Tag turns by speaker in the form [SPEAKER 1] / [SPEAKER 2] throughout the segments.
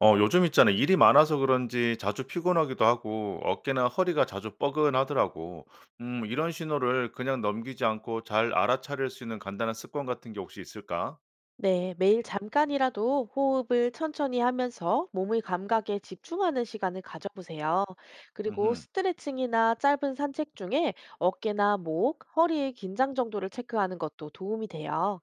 [SPEAKER 1] 요즘 있잖아 일이 많아서 그런지 자주 피곤하기도 하고 어깨나 허리가 자주 뻐근하더라고. 이런 신호를 그냥 넘기지 않고 잘 알아차릴 수 있는 간단한 습관 같은 게 혹시 있을까?
[SPEAKER 2] 네, 매일 잠깐이라도 호흡을 천천히 하면서 몸의 감각에 집중하는 시간을 가져보세요. 그리고
[SPEAKER 1] 음흠.
[SPEAKER 2] 스트레칭이나 짧은 산책 중에 어깨나 목, 허리의 긴장 정도를 체크하는 것도 도움이 돼요.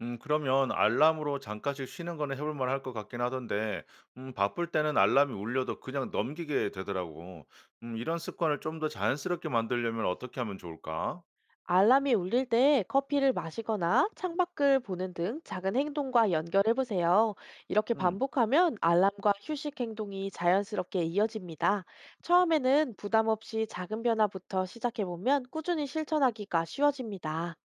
[SPEAKER 1] 그러면 알람으로 잠깐씩 쉬는 거는 해볼 만할 것 같긴 하던데 바쁠 때는 알람이 울려도 그냥 넘기게 되더라고. 이런 습관을 좀 더 자연스럽게 만들려면 어떻게 하면 좋을까?
[SPEAKER 2] 알람이 울릴 때 커피를 마시거나 창밖을 보는 등 작은 행동과 연결해 보세요. 이렇게
[SPEAKER 1] 음.
[SPEAKER 2] 반복하면 알람과 휴식 행동이 자연스럽게 이어집니다. 처음에는 부담 없이 작은 변화부터 시작해 보면 꾸준히 실천하기가 쉬워집니다.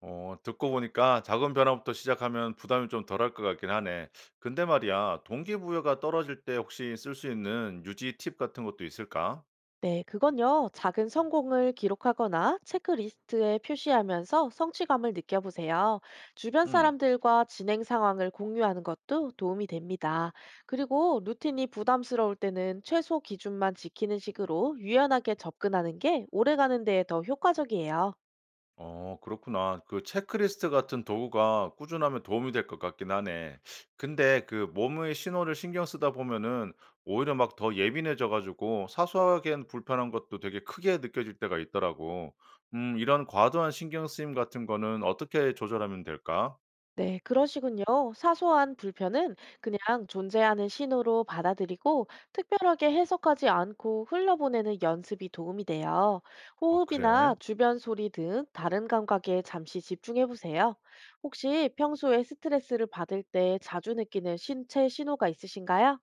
[SPEAKER 1] 듣고 보니까 작은 변화부터 시작하면 부담이 좀 덜할 것 같긴 하네. 근데 말이야, 동기부여가 떨어질 때 혹시 쓸 수 있는 유지 팁 같은 것도 있을까?
[SPEAKER 2] 네, 그건요. 작은 성공을 기록하거나 체크리스트에 표시하면서 성취감을 느껴보세요. 주변
[SPEAKER 1] 음.
[SPEAKER 2] 사람들과 진행 상황을 공유하는 것도 도움이 됩니다. 그리고 루틴이 부담스러울 때는 최소 기준만 지키는 식으로 유연하게 접근하는 게 오래가는 데에 더 효과적이에요.
[SPEAKER 1] 어, 그렇구나. 그 체크리스트 같은 도구가 꾸준하면 도움이 될 것 같긴 하네. 근데 그 몸의 신호를 신경 쓰다 보면은 오히려 막 더 예민해져 가지고 사소하게 불편한 것도 되게 크게 느껴질 때가 있더라고. 이런 과도한 신경 쓰임 같은 거는 어떻게 조절하면 될까?
[SPEAKER 2] 네, 그러시군요. 사소한 불편은 그냥 존재하는 신호로 받아들이고 특별하게 해석하지 않고 흘려보내는 연습이 도움이 돼요.
[SPEAKER 1] 어, 그래.
[SPEAKER 2] 호흡이나 주변 소리 등 다른 감각에 잠시 집중해 보세요. 혹시 평소에 스트레스를 받을 때 자주 느끼는 신체 신호가 있으신가요?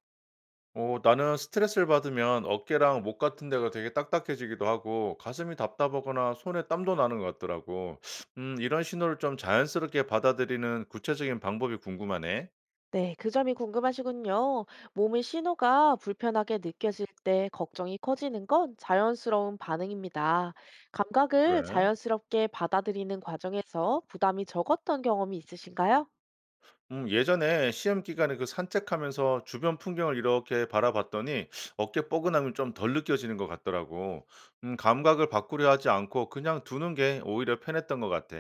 [SPEAKER 1] 나는 스트레스를 받으면 어깨랑 목 같은 데가 되게 딱딱해지기도 하고 가슴이 답답하거나 손에 땀도 나는 것 같더라고. 이런 신호를 좀 자연스럽게 받아들이는 구체적인 방법이 궁금하네.
[SPEAKER 2] 네, 그 점이 궁금하시군요. 몸의 신호가 불편하게 느껴질 때 걱정이 커지는 건 자연스러운 반응입니다. 감각을
[SPEAKER 1] 그래.
[SPEAKER 2] 자연스럽게 받아들이는 과정에서 부담이 적었던 경험이 있으신가요?
[SPEAKER 1] 예전에 시험 기간에 그 산책하면서 주변 풍경을 이렇게 바라봤더니 어깨 뻐근함이 좀 덜 느껴지는 것 같더라고. 감각을 바꾸려 하지 않고 그냥 두는 게 오히려 편했던 것 같아.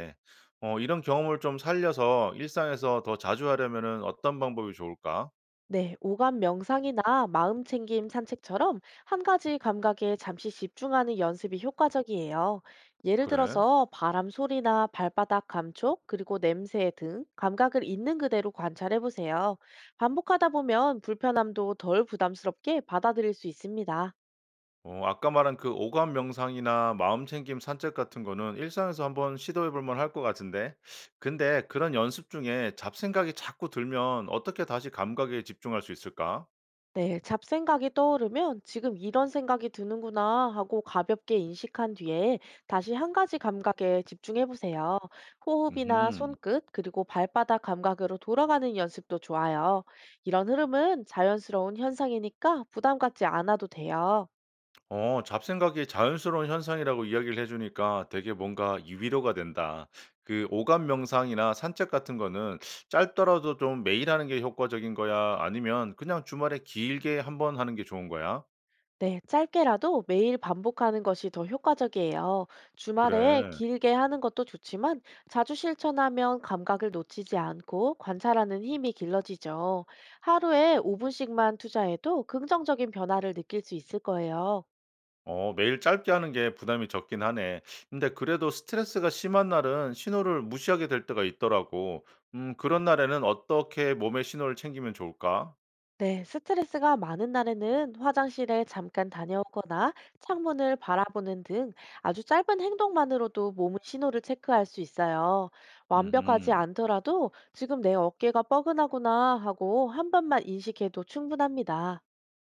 [SPEAKER 1] 이런 경험을 좀 살려서 일상에서 더 자주 하려면은 어떤 방법이 좋을까?
[SPEAKER 2] 네, 오감 명상이나 마음 챙김 산책처럼 한 가지 감각에 잠시 집중하는 연습이 효과적이에요. 예를
[SPEAKER 1] 그래?
[SPEAKER 2] 들어서 바람 소리나 발바닥 감촉, 그리고 냄새 등 감각을 있는 그대로 관찰해 보세요. 반복하다 보면 불편함도 덜 부담스럽게 받아들일 수 있습니다.
[SPEAKER 1] 아까 말한 그 오감 명상이나 마음챙김 산책 같은 거는 일상에서 한번 시도해 볼 만할 것 같은데. 근데 그런 연습 중에 잡생각이 자꾸 들면 어떻게 다시 감각에 집중할 수 있을까?
[SPEAKER 2] 네, 잡생각이 떠오르면 지금 이런 생각이 드는구나 하고 가볍게 인식한 뒤에 다시 한 가지 감각에 집중해 보세요. 호흡이나
[SPEAKER 1] 음
[SPEAKER 2] 손끝, 그리고 발바닥 감각으로 돌아가는 연습도 좋아요. 이런 흐름은 자연스러운 현상이니까 부담 갖지 않아도 돼요.
[SPEAKER 1] 잡생각이 자연스러운 현상이라고 이야기를 해주니까 되게 뭔가 이 위로가 된다. 그 오감 명상이나 산책 같은 거는 짧더라도 좀 매일 하는 게 효과적인 거야? 아니면 그냥 주말에 길게 한번 하는 게 좋은 거야?
[SPEAKER 2] 네, 짧게라도 매일 반복하는 것이 더 효과적이에요. 주말에
[SPEAKER 1] 그래.
[SPEAKER 2] 길게 하는 것도 좋지만 자주 실천하면 감각을 놓치지 않고 관찰하는 힘이 길러지죠. 하루에 5분씩만 투자해도 긍정적인 변화를 느낄 수 있을 거예요.
[SPEAKER 1] 매일 짧게 하는 게 부담이 적긴 하네. 근데 그래도 스트레스가 심한 날은 신호를 무시하게 될 때가 있더라고. 그런 날에는 어떻게 몸의 신호를 챙기면 좋을까?
[SPEAKER 2] 네, 스트레스가 많은 날에는 화장실에 잠깐 다녀오거나 창문을 바라보는 등 아주 짧은 행동만으로도 몸의 신호를 체크할 수 있어요. 완벽하지
[SPEAKER 1] 음,
[SPEAKER 2] 않더라도 지금 내 어깨가 뻐근하구나 하고 한 번만 인식해도 충분합니다.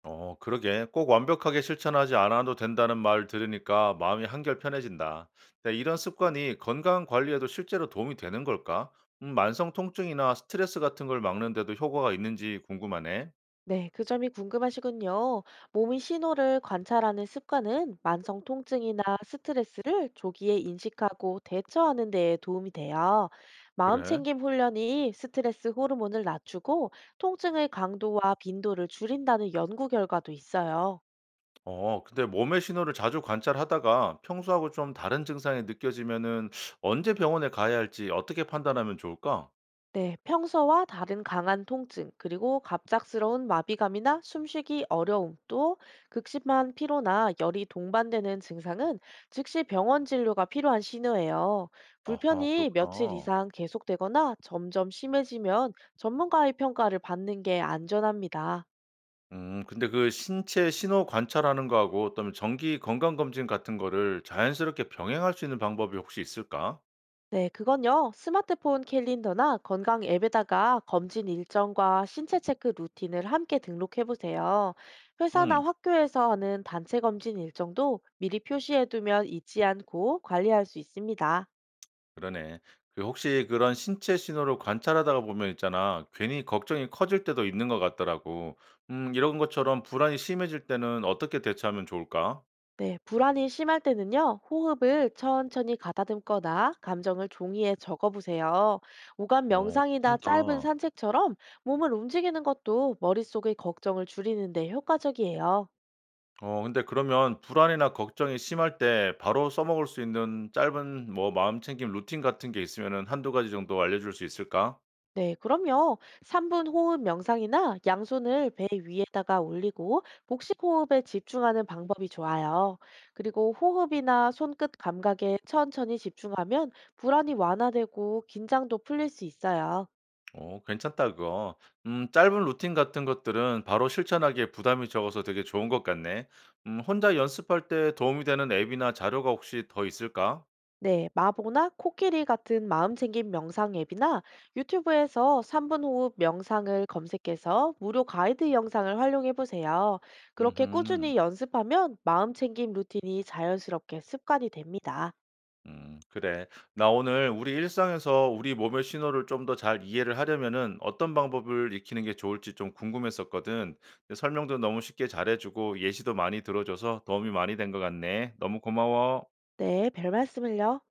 [SPEAKER 1] 어, 그러게. 꼭 완벽하게 실천하지 않아도 된다는 말 들으니까 마음이 한결 편해진다. 근데 이런 습관이 건강 관리에도 실제로 도움이 되는 걸까? 만성 통증이나 스트레스 같은 걸 막는 데도 효과가 있는지 궁금하네.
[SPEAKER 2] 네, 그 점이 궁금하시군요. 몸의 신호를 관찰하는 습관은 만성 통증이나 스트레스를 조기에 인식하고 대처하는 데에 도움이 돼요. 마음
[SPEAKER 1] 그래?
[SPEAKER 2] 챙김 훈련이 스트레스 호르몬을 낮추고 통증의 강도와 빈도를 줄인다는 연구 결과도 있어요.
[SPEAKER 1] 근데 몸의 신호를 자주 관찰하다가 평소하고 좀 다른 증상이 느껴지면은 언제 병원에 가야 할지 어떻게 판단하면 좋을까?
[SPEAKER 2] 네, 평소와 다른 강한 통증, 그리고 갑작스러운 마비감이나 숨쉬기 어려움, 또 극심한 피로나 열이 동반되는 증상은 즉시 병원 진료가 필요한 신호예요.
[SPEAKER 1] 아하,
[SPEAKER 2] 불편이 며칠
[SPEAKER 1] 그렇구나.
[SPEAKER 2] 이상 계속되거나 점점 심해지면 전문가의 평가를 받는 게 안전합니다.
[SPEAKER 1] 근데 그 신체 신호 관찰하는 거하고 어떤 정기 건강 검진 같은 거를 자연스럽게 병행할 수 있는 방법이 혹시 있을까?
[SPEAKER 2] 네, 그건요. 스마트폰 캘린더나 건강 앱에다가 검진 일정과 신체 체크 루틴을 함께 등록해 보세요. 회사나
[SPEAKER 1] 음
[SPEAKER 2] 학교에서 하는 단체 검진 일정도 미리 표시해 두면 잊지 않고 관리할 수 있습니다.
[SPEAKER 1] 그러네. 그 혹시 그런 신체 신호를 관찰하다가 보면 있잖아. 괜히 걱정이 커질 때도 있는 것 같더라고. 이런 것처럼 불안이 심해질 때는 어떻게 대처하면 좋을까?
[SPEAKER 2] 네, 불안이 심할 때는요. 호흡을 천천히 가다듬거나 감정을 종이에 적어 보세요. 오감
[SPEAKER 1] 오,
[SPEAKER 2] 명상이나 짧은
[SPEAKER 1] 괜찮다.
[SPEAKER 2] 산책처럼 몸을 움직이는 것도 머릿속의 걱정을 줄이는 데 효과적이에요.
[SPEAKER 1] 근데 그러면 불안이나 걱정이 심할 때 바로 써먹을 수 있는 짧은 뭐 마음챙김 루틴 같은 게 있으면은 한두 가지 정도 알려줄 수 있을까?
[SPEAKER 2] 네, 그럼요. 3분 호흡 명상이나 양손을 배 위에다가 올리고 복식 호흡에 집중하는 방법이 좋아요. 그리고 호흡이나 손끝 감각에 천천히 집중하면 불안이 완화되고 긴장도 풀릴 수 있어요.
[SPEAKER 1] 어, 괜찮다 그거. 짧은 루틴 같은 것들은 바로 실천하기에 부담이 적어서 되게 좋은 것 같네. 혼자 연습할 때 도움이 되는 앱이나 자료가 혹시 더 있을까?
[SPEAKER 2] 네, 마보나 코끼리 같은 마음챙김 명상 앱이나 유튜브에서 3분 호흡 명상을 검색해서 무료 가이드 영상을 활용해 보세요. 그렇게
[SPEAKER 1] 음흠.
[SPEAKER 2] 꾸준히 연습하면 마음챙김 루틴이 자연스럽게 습관이 됩니다.
[SPEAKER 1] 그래. 나 오늘 우리 일상에서 우리 몸의 신호를 좀 더 잘 이해를 하려면은 어떤 방법을 익히는 게 좋을지 좀 궁금했었거든. 근데 설명도 너무 쉽게 잘해주고 예시도 많이 들어줘서 도움이 많이 된 것 같네. 너무 고마워.
[SPEAKER 2] 네, 별 말씀을요.